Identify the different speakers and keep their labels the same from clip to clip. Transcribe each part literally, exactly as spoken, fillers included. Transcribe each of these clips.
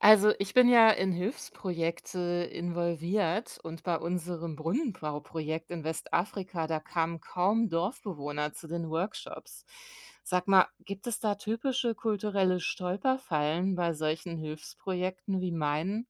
Speaker 1: Also, ich bin ja in Hilfsprojekte involviert und bei unserem Brunnenbauprojekt in Westafrika, da kamen kaum Dorfbewohner zu den Workshops. Sag mal, gibt es da typische kulturelle Stolperfallen bei solchen Hilfsprojekten wie meinen?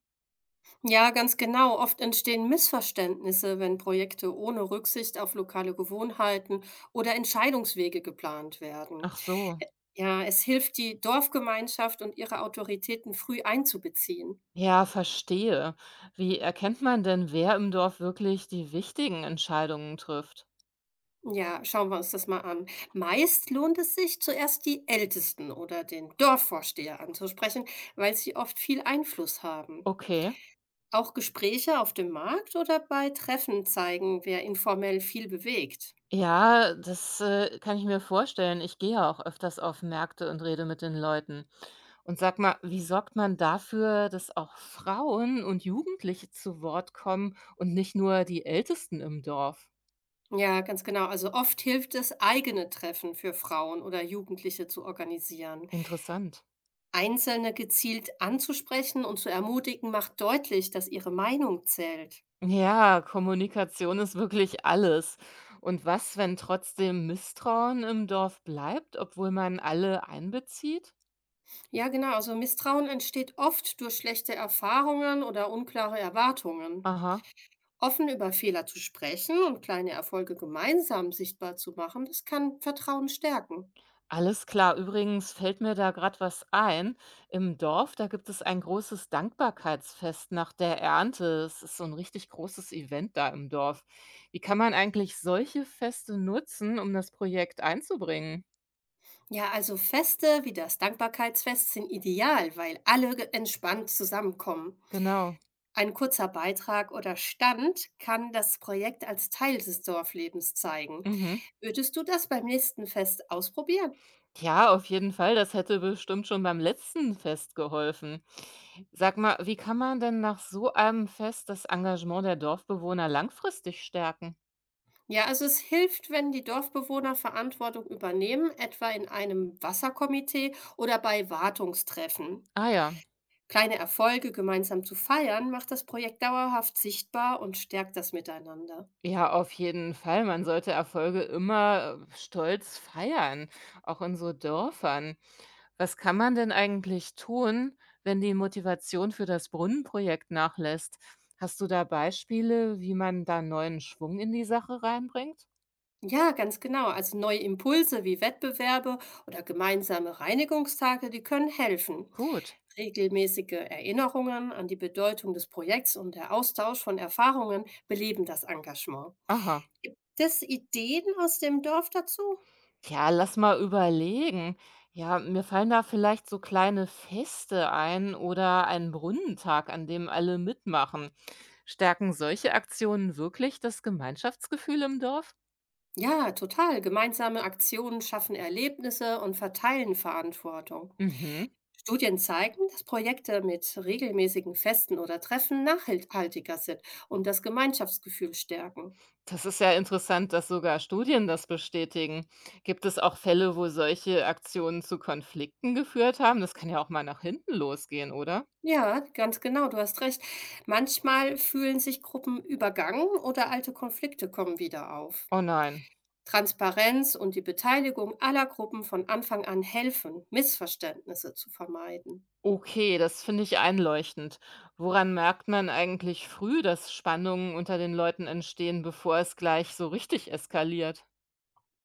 Speaker 2: Ja, ganz genau. Oft entstehen Missverständnisse, wenn Projekte ohne Rücksicht auf lokale Gewohnheiten oder Entscheidungswege geplant werden.
Speaker 1: Ach so.
Speaker 2: Ä- Ja, es hilft, die Dorfgemeinschaft und ihre Autoritäten früh einzubeziehen.
Speaker 1: Ja, verstehe. Wie erkennt man denn, wer im Dorf wirklich die wichtigen Entscheidungen trifft?
Speaker 2: Ja, schauen wir uns das mal an. Meist lohnt es sich, zuerst die Ältesten oder den Dorfvorsteher anzusprechen, weil sie oft viel Einfluss haben.
Speaker 1: Okay.
Speaker 2: Auch Gespräche auf dem Markt oder bei Treffen zeigen, wer informell viel bewegt.
Speaker 1: Ja, das, äh, kann ich mir vorstellen. Ich gehe ja auch öfters auf Märkte und rede mit den Leuten. Und sag mal, wie sorgt man dafür, dass auch Frauen und Jugendliche zu Wort kommen und nicht nur die Ältesten im Dorf?
Speaker 2: Ja, ganz genau. Also oft hilft es, eigene Treffen für Frauen oder Jugendliche zu organisieren.
Speaker 1: Interessant.
Speaker 2: Einzelne gezielt anzusprechen und zu ermutigen, macht deutlich, dass ihre Meinung zählt.
Speaker 1: Ja, Kommunikation ist wirklich alles. Und was, wenn trotzdem Misstrauen im Dorf bleibt, obwohl man alle einbezieht?
Speaker 2: Ja, genau. Also Misstrauen entsteht oft durch schlechte Erfahrungen oder unklare Erwartungen.
Speaker 1: Aha.
Speaker 2: Offen über Fehler zu sprechen und kleine Erfolge gemeinsam sichtbar zu machen, das kann Vertrauen stärken.
Speaker 1: Alles klar. Übrigens fällt mir da gerade was ein. Im Dorf, da gibt es ein großes Dankbarkeitsfest nach der Ernte. Es ist so ein richtig großes Event da im Dorf. Wie kann man eigentlich solche Feste nutzen, um das Projekt einzubringen?
Speaker 2: Ja, also Feste wie das Dankbarkeitsfest sind ideal, weil alle ge- entspannt zusammenkommen.
Speaker 1: Genau.
Speaker 2: Ein kurzer Beitrag oder Stand kann das Projekt als Teil des Dorflebens zeigen.
Speaker 1: Mhm.
Speaker 2: Würdest du das beim nächsten Fest ausprobieren?
Speaker 1: Ja, auf jeden Fall. Das hätte bestimmt schon beim letzten Fest geholfen. Sag mal, wie kann man denn nach so einem Fest das Engagement der Dorfbewohner langfristig stärken?
Speaker 2: Ja, also es hilft, wenn die Dorfbewohner Verantwortung übernehmen, etwa in einem Wasserkomitee oder bei Wartungstreffen.
Speaker 1: Ah ja.
Speaker 2: Kleine Erfolge gemeinsam zu feiern, macht das Projekt dauerhaft sichtbar und stärkt das Miteinander.
Speaker 1: Ja, auf jeden Fall. Man sollte Erfolge immer äh, stolz feiern, auch in so Dörfern. Was kann man denn eigentlich tun, wenn die Motivation für das Brunnenprojekt nachlässt? Hast du da Beispiele, wie man da neuen Schwung in die Sache reinbringt?
Speaker 2: Ja, ganz genau. Also neue Impulse wie Wettbewerbe oder gemeinsame Reinigungstage, die können helfen.
Speaker 1: Gut.
Speaker 2: Regelmäßige Erinnerungen an die Bedeutung des Projekts und der Austausch von Erfahrungen beleben das Engagement.
Speaker 1: Aha.
Speaker 2: Gibt es Ideen aus dem Dorf dazu?
Speaker 1: Ja, lass mal überlegen. Ja, mir fallen da vielleicht so kleine Feste ein oder einen Brunnentag, an dem alle mitmachen. Stärken solche Aktionen wirklich das Gemeinschaftsgefühl im Dorf?
Speaker 2: Ja, total. Gemeinsame Aktionen schaffen Erlebnisse und verteilen Verantwortung.
Speaker 1: Mhm.
Speaker 2: Studien zeigen, dass Projekte mit regelmäßigen Festen oder Treffen nachhaltiger sind und das Gemeinschaftsgefühl stärken.
Speaker 1: Das ist ja interessant, dass sogar Studien das bestätigen. Gibt es auch Fälle, wo solche Aktionen zu Konflikten geführt haben? Das kann ja auch mal nach hinten losgehen, oder?
Speaker 2: Ja, ganz genau, du hast recht. Manchmal fühlen sich Gruppen übergangen oder alte Konflikte kommen wieder auf.
Speaker 1: Oh nein.
Speaker 2: Transparenz und die Beteiligung aller Gruppen von Anfang an helfen, Missverständnisse zu vermeiden.
Speaker 1: Okay, das finde ich einleuchtend. Woran merkt man eigentlich früh, dass Spannungen unter den Leuten entstehen, bevor es gleich so richtig eskaliert?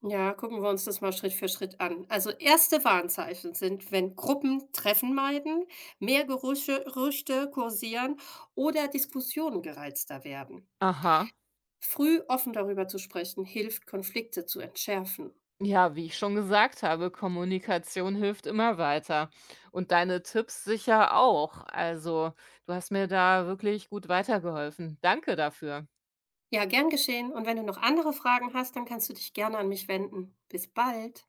Speaker 2: Ja, gucken wir uns das mal Schritt für Schritt an. Also erste Warnzeichen sind, wenn Gruppen Treffen meiden, mehr Gerüche- Gerüchte kursieren oder Diskussionen gereizter werden.
Speaker 1: Aha.
Speaker 2: Früh offen darüber zu sprechen, hilft, Konflikte zu entschärfen.
Speaker 1: Ja, wie ich schon gesagt habe, Kommunikation hilft immer weiter und deine Tipps sicher auch. Also, du hast mir da wirklich gut weitergeholfen. Danke dafür.
Speaker 2: Ja, gern geschehen. Und wenn du noch andere Fragen hast, dann kannst du dich gerne an mich wenden. Bis bald.